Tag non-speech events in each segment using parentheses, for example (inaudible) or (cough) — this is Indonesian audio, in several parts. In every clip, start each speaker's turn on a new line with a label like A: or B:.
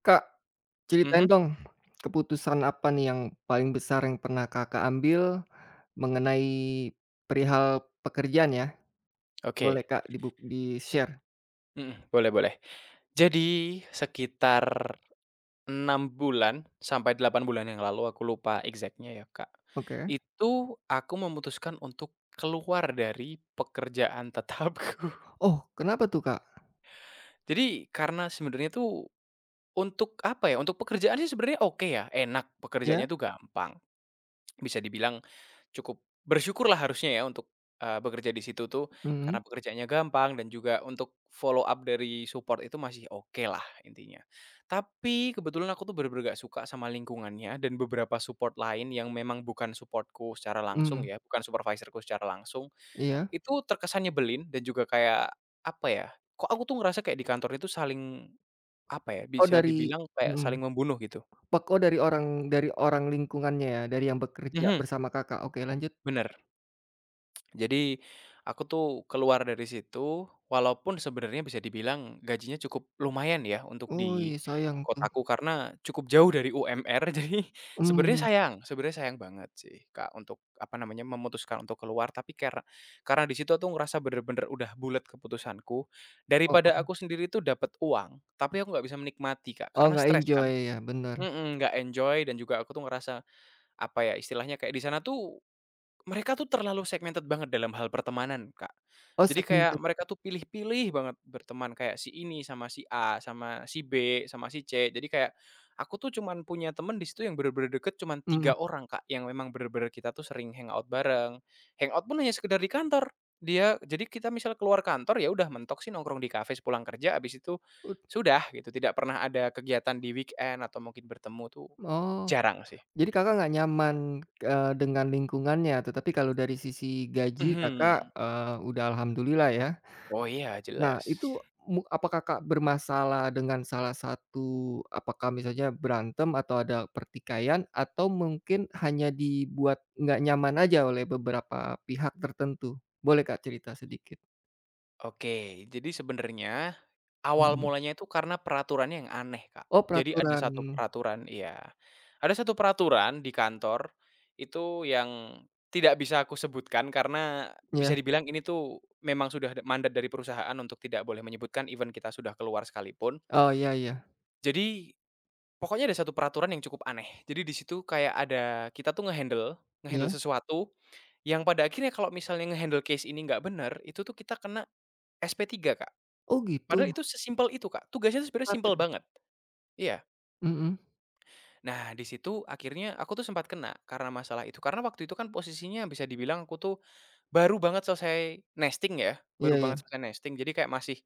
A: Kak, ceritain
B: Mhm,
A: dong keputusan apa nih yang paling besar yang pernah Kakak ambil mengenai perihal pekerjaan ya? Boleh
B: oke.
A: Kak di-share?
B: Mhm, boleh boleh. Jadi sekitar 6 bulan sampai 8 bulan yang lalu, aku lupa exactnya ya, Kak.
A: Oke.
B: Itu aku memutuskan untuk keluar dari pekerjaan tetapku.
A: Oh, kenapa tuh, Kak?
B: (laughs) Jadi karena sebenarnya tuh untuk apa ya, untuk pekerjaan sih sebenarnya oke ya, enak,
A: Ya.
B: pekerjaannya tuh gampang. Bisa dibilang cukup bersyukurlah harusnya ya untuk, bekerja di situ tuh,
A: Mhm,
B: karena pekerjaannya gampang dan juga untuk follow up dari support itu masih oke lah intinya. Tapi kebetulan aku tuh bener-bener gak suka sama lingkungannya dan beberapa support lain yang memang bukan supportku secara langsung
A: mhm,
B: ya, bukan supervisorku secara langsung,
A: iya.
B: itu terkesan nyebelin dan juga kayak, apa ya, kok aku tuh ngerasa kayak di kantor itu saling, apa ya,
A: Oh,
B: bisa
A: dari
B: dibilang kayak
A: mhm,
B: saling membunuh gitu.
A: pek oh dari orang lingkungannya ya, dari yang bekerja
B: Mhm,
A: bersama Kakak. Oke, lanjut.
B: bener. Jadi aku tuh keluar dari situ, walaupun sebenarnya bisa dibilang gajinya cukup lumayan ya untuk
A: Oh,
B: di
A: iya, sayang tuh.
B: kotaku karena cukup jauh dari UMR. (laughs) Jadi
A: Mmm.
B: sebenarnya sayang banget sih Kak untuk apa namanya memutuskan untuk keluar. Tapi karena di situ aku ngerasa bener-bener udah bulat keputusanku.
A: Oh,
B: Daripada
A: oh.
B: aku sendiri tuh dapat uang, tapi aku nggak bisa menikmati Kak
A: Oh,
B: karena
A: nggak
B: stres kan.
A: enjoy ya, bener.
B: Mm, nggak enjoy dan juga aku tuh ngerasa apa ya istilahnya kayak di sana tuh mereka tuh terlalu segmented banget dalam hal pertemanan, Kak.
A: Oh,
B: Jadi kayak
A: segmented.
B: mereka tuh pilih-pilih banget berteman, kayak si ini sama si A, sama si B, sama si C. Jadi kayak aku tuh cuman punya temen di situ yang bener-bener deket cuman
A: Mhm,
B: 3 orang, Kak, yang memang bener-bener kita tuh sering hangout bareng. Hangout pun hanya sekedar di kantor. Dia jadi kita misal keluar kantor ya udah mentok sih nongkrong di kafe pulang kerja. Abis itu
A: ut
B: sudah gitu, tidak pernah ada kegiatan di weekend atau mungkin bertemu tuh
A: Oh.
B: jarang sih.
A: Jadi Kakak nggak nyaman, dengan lingkungannya, tetapi kalau dari sisi gaji Kakak,
B: Mhm.
A: udah alhamdulillah ya.
B: Oh iya,
A: Nah,
B: jelas.
A: itu apa Kakak bermasalah dengan salah satu, apakah misalnya berantem atau ada pertikaian atau mungkin hanya dibuat nggak nyaman aja oleh beberapa pihak tertentu? Boleh Kak cerita sedikit?
B: Oke, jadi sebenarnya awal
A: Mhm.
B: mulanya itu karena peraturannya yang aneh, Kak.
A: Oh,
B: Jadi ada
A: peraturan
B: satu peraturan iya, ada satu peraturan di kantor itu yang tidak bisa aku sebutkan karena
A: ya?
B: bisa dibilang ini tuh memang sudah da mandat dari perusahaan untuk tidak boleh menyebutkan even kita sudah keluar sekalipun.
A: Oh, iya, iya.
B: Jadi pokoknya ada satu peraturan yang cukup aneh. Jadi di situ kayak ada kita tuh ngehandle ngehandle
A: Iya?
B: sesuatu yang pada akhirnya kalau misalnya ngehandle case ini nggak benar, itu tuh kita kena SP3, Kak.
A: Oh, gitu?
B: Padahal itu sesimpel itu, Kak, tugasnya tuh sebenarnya
A: Ketat
B: simpel
A: ya?
B: banget, iya.
A: Mhm.
B: Nah, di situ akhirnya aku tuh sempat kena karena masalah itu, karena waktu itu kan posisinya bisa dibilang aku tuh baru banget selesai nesting ya,
A: Iya,
B: baru
A: iya.
B: banget selesai nesting, jadi kayak masih,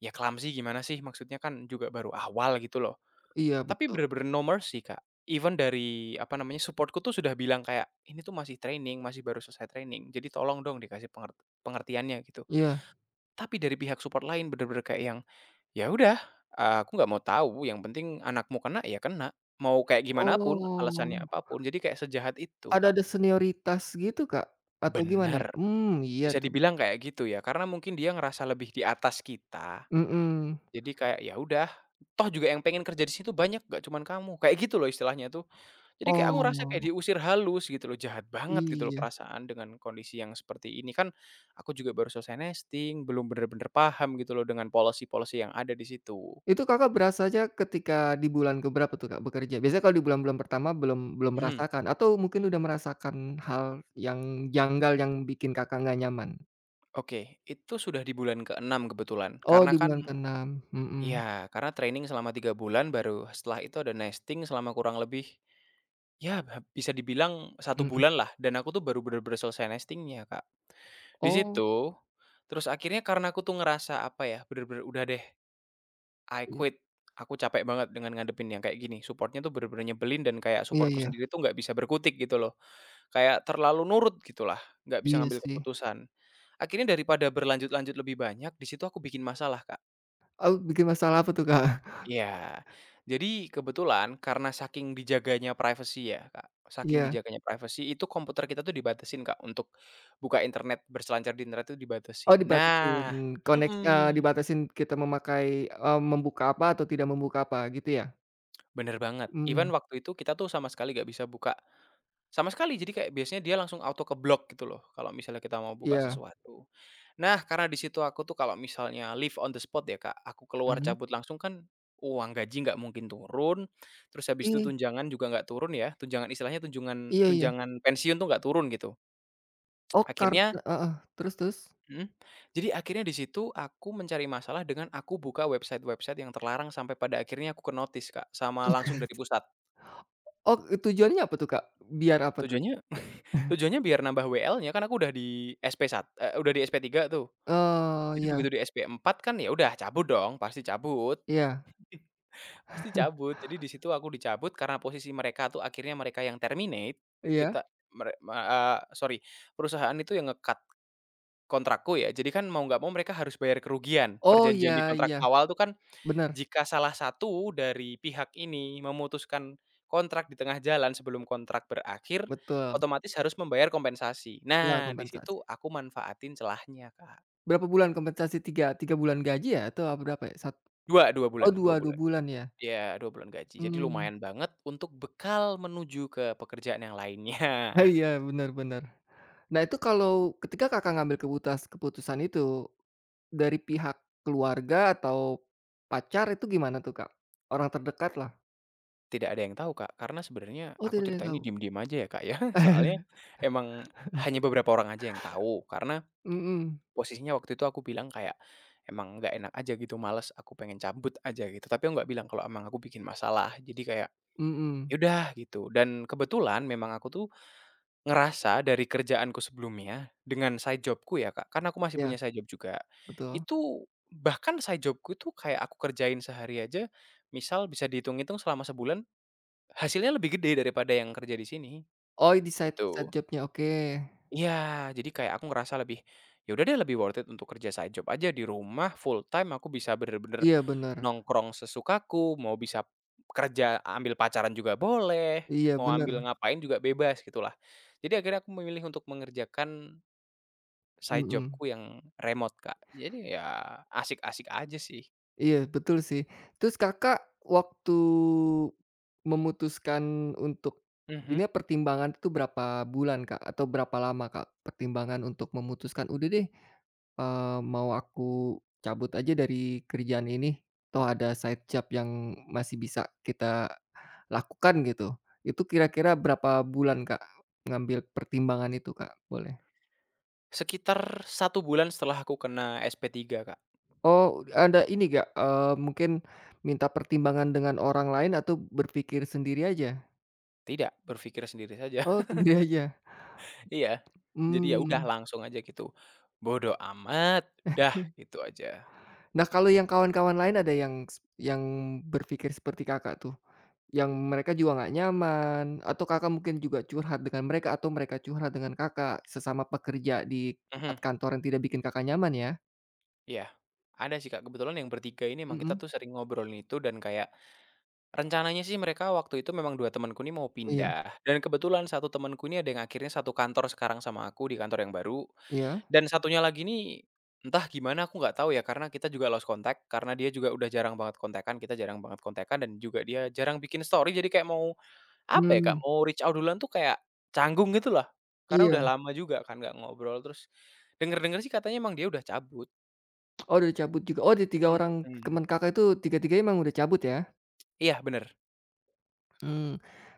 B: ya clumsy gimana sih, maksudnya kan juga baru awal gitu loh.
A: Iya,
B: Tapi
A: betul.
B: bener-bener no mercy, Kak. Even dari, apa namanya, supportku tuh sudah bilang kayak, "Ini tuh masih training, masih baru selesai training, jadi tolong dong dikasih pengertiannya," gitu.
A: Iya.
B: Tapi dari pihak support lain bener-bener kayak yang, "Ya udah, aku nggak mau tahu, yang penting anakmu kena, ya kena. Mau kayak gimana pun, alasannya
A: Oh.
B: apapun," jadi kayak sejahat itu, Kak.
A: Ada-ada senioritas gitu, Kak? Atau gimana?
B: Bener,
A: Mmm, iya
B: bisa
A: tuh.
B: dibilang kayak gitu ya, karena mungkin dia ngerasa lebih di atas kita,
A: Mhm.
B: jadi kayak, ya udah, toh juga yang pengen kerja di situ banyak, nggak cuman kamu, kayak gitu loh istilahnya tuh. Jadi kayak aku ngerasa kayak
A: Oh,
B: diusir halus gitu loh, jahat banget gitu loh
A: iya.
B: perasaan dengan kondisi yang seperti ini. Kan aku juga baru selesai nesting, belum bener-bener paham gitu loh dengan policy-policy yang ada di situ.
A: Itu Kakak berasanya ketika di bulan ke berapa tuh, Kak, bekerja? Biasanya kalau di bulan-bulan pertama belum belum
B: Mhm.
A: merasakan atau mungkin udah merasakan hal yang janggal yang bikin Kakak nggak nyaman?
B: Oke, itu sudah di bulan ke-6 kebetulan.
A: Oh,
B: Karena
A: di
B: kan
A: bulan keenam. 6.
B: ya, karena training selama 3 bulan, baru setelah itu ada nesting selama kurang lebih, ya ha bisa dibilang satu
A: Mhm, mhm.
B: bulan lah. Dan aku tuh baru bener-bener selesai nestingnya Kak. Di
A: Oh,
B: situ, terus akhirnya karena aku tuh ngerasa, apa ya, bener-bener udah deh, I
A: iya.
B: quit. Aku capek banget dengan ngadepin yang kayak gini. Supportnya tuh bener-bener nyebelin dan kayak
A: Iya,
B: supportku
A: iya.
B: sendiri tuh nggak bisa berkutik gitu loh. Kayak terlalu nurut gitulah, nggak bisa
A: Iya
B: ngambil
A: sih.
B: keputusan. Akhirnya daripada berlanjut-lanjut lebih banyak, di situ aku bikin masalah, Kak.
A: Oh, bikin masalah apa tuh, Kak? (laughs)
B: Iya. Jadi kebetulan karena saking dijaganya privacy ya, Kak, saking
A: Iya.
B: dijaganya privacy itu komputer kita tuh dibatasin, Kak, untuk buka internet, berselancar di internet tuh
A: Oh,
B: dibatasin. Nah
A: dibatasin
B: mhm,
A: dibatasin kita memakai, membuka apa atau tidak membuka apa gitu ya?
B: bener banget. Even
A: Mmm,
B: waktu itu kita tuh sama sekali nggak bisa buka. Sama sekali, jadi kayak biasanya dia langsung auto ke-block gitu loh, kalau misalnya kita mau buka
A: iya,
B: sesuatu. Nah, karena di situ aku tuh kalau misalnya live on the spot ya, Kak, aku keluar
A: mhm,
B: cabut langsung kan uang gaji nggak mungkin turun, terus habis itu
A: iya,
B: tunjangan juga nggak turun ya, tunjangan istilahnya tunjangan
A: iya, iya.
B: tunjangan pensiun tuh nggak turun gitu.
A: Oh,
B: Akhirnya
A: heeh, terus, terus?
B: mhm, jadi akhirnya di situ aku mencari masalah dengan aku buka website-website yang terlarang sampai pada akhirnya aku ke-notice, Kak, sama langsung dari
A: (laughs)
B: pusat.
A: Oh, oh, tujuannya apa tuh, Kak? Biar apa tuh?
B: Tujuannya (laughs) tujuannya biar nambah WL-nya, kan aku udah di SP 1 udah di SP 3 tuh.
A: Oh,
B: Jadi
A: iya,
B: begitu di SP 4 kan ya udah cabut dong, pasti cabut
A: iya,
B: pasti cabut. Jadi di situ aku dicabut karena posisi mereka tuh akhirnya mereka yang terminate,
A: iya.
B: kita mere me eee, sorry, perusahaan itu yang ngekat kontrakku ya. Jadi kan mau nggak mau mereka harus bayar kerugian.
A: Oh, iya,
B: Perjanjian di kontrak
A: iya,
B: awal tuh kan
A: bener,
B: jika salah satu dari pihak ini memutuskan kontrak di tengah jalan sebelum kontrak berakhir,
A: betul,
B: otomatis harus membayar kompensasi.
A: iya,
B: Nah, di
A: kompensasi.
B: situ aku manfaatin celahnya, Kak.
A: Berapa bulan kompensasi? 3 3 bulan gaji ya atau berapa ya?
B: Dua, dua
A: Oh,
B: bulan dua
A: 2 2
B: bulan.
A: bulan ya?
B: Ya, 2 bulan gaji. Jadi
A: Mmm.
B: lumayan banget untuk bekal menuju ke pekerjaan yang lainnya.
A: (laughs)
B: (laughs)
A: Iya, bener, bener. Nah, itu kalau ketika Kakak ngambil keputusan itu, dari pihak keluarga atau pacar itu gimana tuh, Kak? Orang terdekat lah.
B: Tidak ada yang tahu, Kak, karena sebenarnya
A: Oh,
B: aku
A: tidak ada
B: cerita
A: yang
B: ini
A: tahu?
B: diem-diem aja ya, Kak, ya. (laughs) Soalnya
A: (laughs)
B: emang hanya beberapa orang aja yang tahu, karena
A: Mhm,
B: posisinya waktu itu aku bilang kayak, emang nggak enak aja gitu, males, aku pengen cabut aja gitu, tapi aku nggak bilang kalau emang aku bikin masalah. Jadi kayak,
A: mhm,
B: yaudah gitu, dan kebetulan memang aku tuh ngerasa dari kerjaanku sebelumnya, dengan side jobku ya Kak, karena aku masih
A: ya
B: punya side job juga,
A: betul.
B: itu bahkan side jobku itu kayak aku kerjain sehari aja, misal bisa dihitung-hitung selama sebulan, hasilnya lebih gede daripada yang kerja di sini,
A: Oh, di side side
B: gitu.
A: jobnya, oke.
B: Iya, jadi kayak aku ngerasa lebih, ya udah deh lebih worth it untuk kerja side job aja di rumah full time aku bisa bener-bener
A: Iya, benar,
B: nongkrong sesukaku, mau bisa kerja ambil pacaran juga boleh,
A: iya,
B: mau
A: bener,
B: ambil ngapain juga bebas gitulah. Jadi akhirnya aku memilih untuk mengerjakan side
A: mhm.
B: jobku yang remote, Kak. Jadi ya asik-asik aja sih.
A: Iya, betul sih. Terus Kakak waktu memutuskan untuk ini,
B: Mhm.
A: pertimbangan itu berapa bulan, Kak? Atau berapa lama, Kak, pertimbangan untuk memutuskan, "Udah deh, mau aku cabut aja dari kerjaan ini, toh ada side job yang masih bisa kita lakukan," gitu. Itu kira-kira berapa bulan, Kak, ngambil pertimbangan itu, Kak? Boleh.
B: Sekitar 1 bulan setelah aku kena SP 3 Kak.
A: Oh, ada ini gak, mungkin minta pertimbangan dengan orang lain atau berpikir sendiri aja?
B: Tidak, berpikir sendiri saja.
A: Oh, (laughs) sendiri aja?
B: Iya, jadi ya udah
A: Hmm.
B: langsung aja gitu, bodo amat, dah gitu aja.
A: Nah, kalau yang kawan-kawan lain ada yang yang berpikir seperti Kakak tuh? Yang mereka juga nggak nyaman atau Kakak mungkin juga curhat dengan mereka atau mereka curhat dengan Kakak, sesama pekerja di
B: Mhm,
A: tempat kantor yang tidak bikin Kakak nyaman ya?
B: iya. Ada sih, Kak, kebetulan yang bertiga ini emang kita
A: Mhm.
B: tuh sering ngobrolin itu dan kayak rencananya sih mereka waktu itu memang 2 temanku ini mau
A: Iya,
B: pindah dan kebetulan 1 temanku ini ada yang akhirnya satu kantor sekarang sama aku di kantor yang baru
A: iya.
B: dan 1nya lagi nih entah gimana aku nggak tahu ya karena kita juga lost contact karena dia juga udah jarang banget kontekan, kita jarang banget kontekan dan juga dia jarang bikin story jadi kayak mau apa ya, Kak,
A: Hmm.
B: mau reach out duluan tuh kayak canggung gitu lah, karena
A: Iya.
B: udah lama juga kan nggak ngobrol, terus denger-denger sih katanya emang dia udah cabut.
A: Oh, udah cabut juga. Oh, di 3 orang
B: Mhm.
A: teman Kakak itu, tiga-tiganya emang udah cabut ya?
B: Iya bener.
A: Mmm.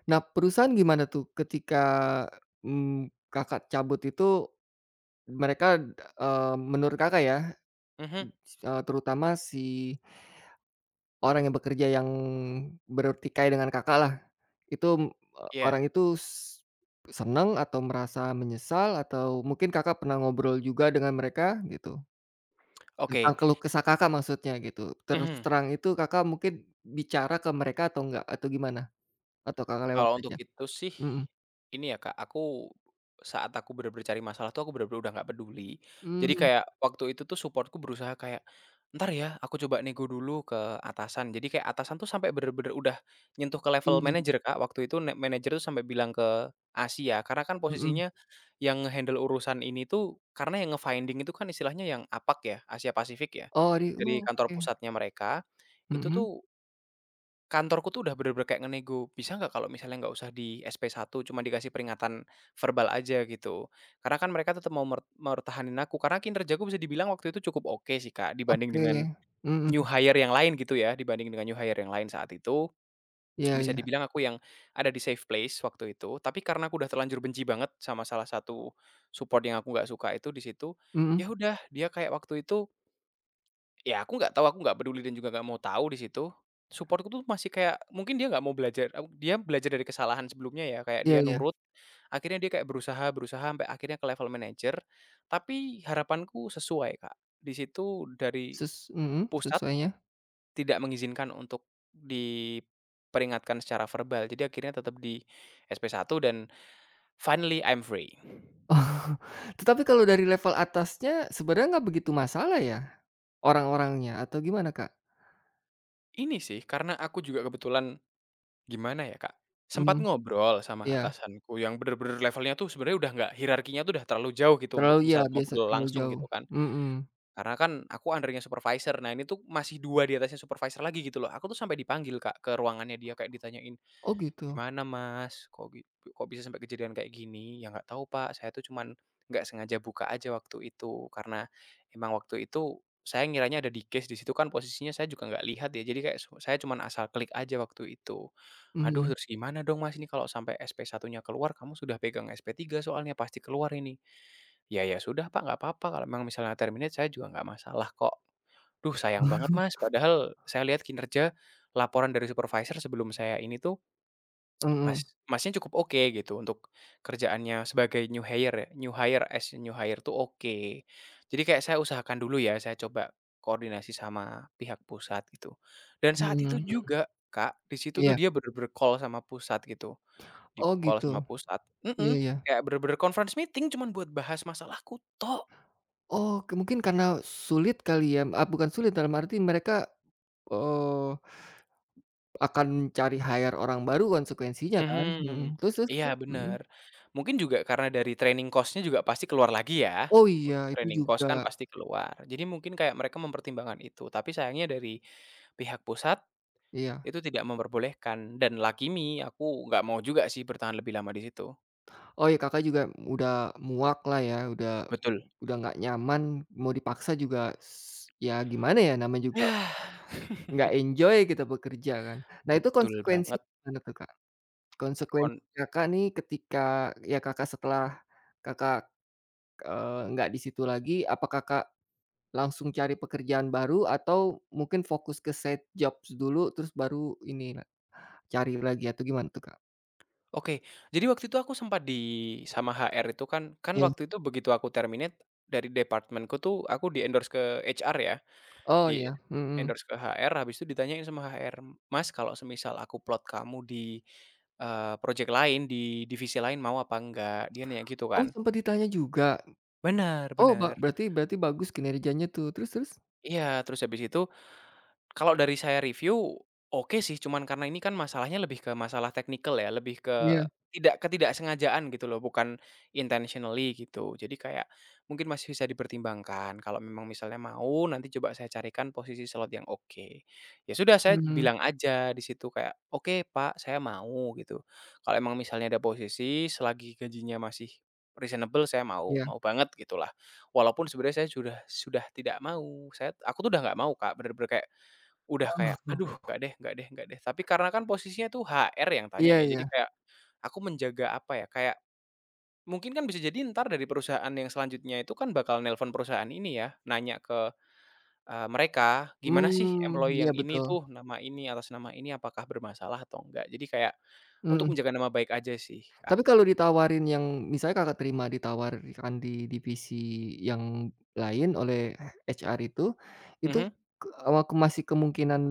A: Nah, perusahaan gimana tuh ketika, Kakak cabut itu, mereka, menurut Kakak ya,
B: Mhm,
A: terutama si orang yang bekerja yang bertikai dengan Kakak lah, itu,
B: iya.
A: orang itu seneng atau merasa menyesal atau mungkin Kakak pernah ngobrol juga dengan mereka gitu, tentang
B: Oke.
A: keluh kesah Kakak maksudnya gitu? Terus
B: Mhm.
A: terang itu Kakak mungkin bicara ke mereka atau enggak? Atau gimana? Atau Kakak lewat
B: Kalau untuk
A: aja?
B: itu sih,
A: Mhm.
B: ini ya Kak, saat aku bener-bener cari masalah tuh aku bener-bener udah nggak peduli. Jadi
A: Mmm,
B: kayak waktu itu tuh supportku berusaha kayak, "Ntar ya, aku coba nego dulu ke atasan." Jadi kayak atasan tuh sampai bener-bener udah nyentuh ke level
A: iya.
B: manajer Kak, waktu itu ne manajer tuh sampai bilang ke Asia, karena kan
A: Mhm.
B: posisinya yang nge-handle urusan ini tuh karena yang nge-finding itu kan istilahnya yang APAC ya, Asia Pasifik ya,
A: Oh,
B: dari
A: oh,
B: kantor
A: oke.
B: pusatnya mereka, itu
A: Mhm,
B: tuh kantorku tuh udah bener-bener kayak ngenego, "Bisa nggak kalau misalnya nggak usah di SP 1, cuma dikasih peringatan verbal aja," gitu. Karena kan mereka tetap mau mer mempertahanin aku, karena kinerjaku bisa dibilang waktu itu cukup oke sih, Kak, dibanding dengan
A: oke.
B: new
A: Mhm,
B: hire yang lain gitu ya, dibanding dengan new hire yang lain saat itu,
A: iya,
B: bisa
A: iya.
B: dibilang aku yang ada di safe place waktu itu. Tapi karena aku udah terlanjur benci banget sama salah satu support yang aku nggak suka itu di situ,
A: Mhm,
B: ya udah dia kayak waktu itu, "Ya aku nggak tahu, aku nggak peduli dan juga nggak mau tahu" di situ. Supportku tuh masih kayak mungkin dia nggak mau belajar, dia belajar dari kesalahan sebelumnya ya, kayak
A: iya,
B: dia
A: iya.
B: nurut, akhirnya dia kayak berusaha berusaha sampai akhirnya ke level manager tapi harapanku sesuai, Kak. Di situ dari pusat
A: Sesuainya. (laughs)
B: tidak mengizinkan untuk diperingatkan secara verbal, jadi akhirnya tetap di SP 1 dan finally I'm free.
A: Oh, tetapi kalau dari level atasnya sebenarnya nggak begitu masalah ya, orang-orangnya atau gimana, Kak?
B: Ini sih, karena aku juga kebetulan gimana ya, Kak, sempat
A: Mhm,
B: ngobrol sama
A: iya.
B: atasanku yang bener-bener levelnya tuh sebenarnya udah nggak hierarkinya tuh udah terlalu jauh gitu untuk
A: Terlalu, iya,
B: misal
A: biasa
B: ngobrol
A: terlalu
B: langsung
A: jauh.
B: gitu kan.
A: Mhm.
B: Karena kan aku under supervisor, nah ini tuh masih 2 di atasnya supervisor lagi gitu loh. Aku tuh sampai dipanggil, Kak, ke ruangannya dia kayak ditanyain,
A: Oh gitu.
B: "Gimana Mas, kok bisa sampai kejadian kayak gini?" "Ya nggak tahu Pak, saya tuh cuman nggak sengaja buka aja waktu itu, karena emang waktu itu saya ngiranya ada di case, di situ kan posisinya saya juga nggak lihat ya, jadi kayak su saya cuman asal klik aja waktu itu." "Aduh,
A: Mhm.
B: terus gimana dong Mas ini kalau sampai SP1-nya keluar, kamu sudah pegang SP 3 soalnya, pasti keluar ini." "Ya sudah Pak, nggak apa-apa, kalau memang misalnya terminate saya juga nggak masalah kok." "Duh sayang banget Mas, padahal saya lihat kinerja laporan dari supervisor sebelum saya ini tuh Mas
A: Mhm,
B: Masnya cukup oke gitu untuk kerjaannya sebagai new hire ya, new hire as a new hire tuh oke. Jadi kayak saya usahakan dulu ya, saya coba koordinasi sama pihak pusat gitu." Dan saat itu
A: mhm, (laughs)
B: juga, Kak, di situ tuh
A: iya.
B: dia bener-bener call sama pusat gitu,
A: Oh,
B: di-call
A: gitu.
B: sama pusat
A: Iya,
B: mhm,
A: iya.
B: kayak bener-bener conference meeting cuman buat bahas masalahku tok.
A: Oh, mungkin karena sulit kali ya, ah, bukan sulit dalam arti, mereka, eee akan mencari hire orang baru, konsekuensinya kan,
B: Mhm,
A: terus, terus,
B: iya
A: terus? Mhm.
B: bener. Mungkin juga karena dari training cost-nya juga pasti keluar lagi ya,
A: Oh, iya,
B: untuk
A: itu
B: training
A: juga,
B: cost kan pasti keluar. Jadi mungkin kayak mereka mempertimbangkan itu, tapi sayangnya dari pihak pusat
A: iya.
B: itu tidak memperbolehkan dan lakimi aku nggak mau juga sih bertahan lebih lama di situ.
A: Oh, iya, Kakak juga udah muak lah ya, udah
B: Betul. (sighs)
A: udah nggak nyaman, mau dipaksa juga s ya gimana ya, namanya juga
B: Yah,
A: nggak enjoy kita bekerja kan. Nah, itu
B: betul
A: konsekuensi
B: banget.
A: gimana tuh, Kak? Konsekuensi
B: kon
A: Kakak nih ketika, ya, Kakak setelah Kakak, nggak di situ lagi, apa Kakak langsung cari pekerjaan baru atau mungkin fokus ke side jobs dulu terus baru ini la cari lagi atau gimana tuh, Kak?
B: oke, jadi waktu itu aku sempat di sama HR itu kan kan
A: Iya.
B: waktu itu begitu aku terminate dari departemenku tuh aku di-endorse ke HR ya.
A: Oh, iya, mhm.
B: Di-endorse ke HR, habis itu ditanyain sama HR, "Mas, kalau semisal aku plot kamu di, project lain, di divisi lain mau apa enggak?" Dia nanya gitu
A: Oh,
B: kan.
A: sempat ditanya juga?
B: Bener
A: Oh,
B: bener.
A: berarti berarti bagus kinerjanya tuh, terus, terus?
B: Iya, terus habis itu kalau dari saya review, oke sih, cuman karena ini kan masalahnya lebih ke masalah teknikal ya, lebih ke
A: Iya,
B: tidak ketidaksengajaan gitu loh, bukan intentionally gitu. Jadi kayak mungkin masih bisa dipertimbangkan, kalau memang misalnya mau nanti coba saya carikan posisi slot yang oke. Ya sudah saya
A: mhm,
B: bilang aja di situ kayak, "Oke Pak, saya mau," gitu. Kalau emang misalnya ada posisi selagi gajinya masih reasonable saya mau,
A: iya.
B: mau banget gitulah. Walaupun sebenarnya saya sudah tidak mau, aku tuh udah nggak mau Kak, bener-bener kayak udah kayak,
A: Oh,
B: "Aduh nggak deh nggak deh nggak deh." Tapi karena kan posisinya tuh HR yang tanya
A: iya,
B: ya,
A: iya.
B: jadi kayak aku menjaga apa ya, kayak mungkin kan bisa jadi ntar dari perusahaan yang selanjutnya itu kan bakal nelpon perusahaan ini ya, nanya ke, mereka, "Gimana sih
A: Mmm,
B: employee
A: iya
B: yang ini
A: betul,
B: tuh, nama ini, atas nama ini apakah bermasalah atau enggak?" Jadi kayak untuk
A: mhm.
B: menjaga nama baik aja sih, Kak.
A: Tapi kalau ditawarin yang misalnya Kakak terima ditawarkan di divisi yang lain oleh HR itu, itu
B: Mhm.
A: masih kemungkinan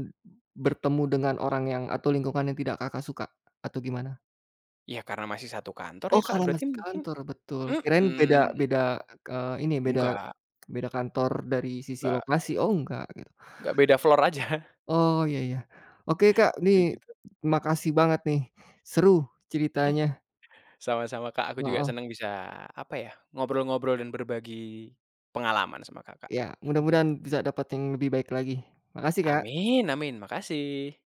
A: bertemu dengan orang yang atau lingkungan yang tidak Kakak suka atau gimana?
B: Ya karena masih satu kantor
A: Oh,
B: ya, Kak,
A: karena
B: berarti
A: masih
B: mungkin
A: kantor, betul. Kirain beda
B: mhm.
A: beda, ini beda
B: Enggak
A: beda kantor dari sisi
B: enggak
A: lokasi, oh, enggak gitu.
B: enggak, beda floor aja, (laughs)
A: Oh, iya, iya. Oke, Kak,
B: kayak
A: nih
B: gitu.
A: makasih banget nih, seru ceritanya,
B: Sama-sama, Kak, aku juga
A: heeh.
B: senang bisa, apa ya, ngobrol-ngobrol dan berbagi pengalaman sama Kakak.
A: Ya,
B: (laughs)
A: mudah-mudahan bisa dapat yang lebih baik lagi. Makasih, Kak,
B: Amin amin, makasih.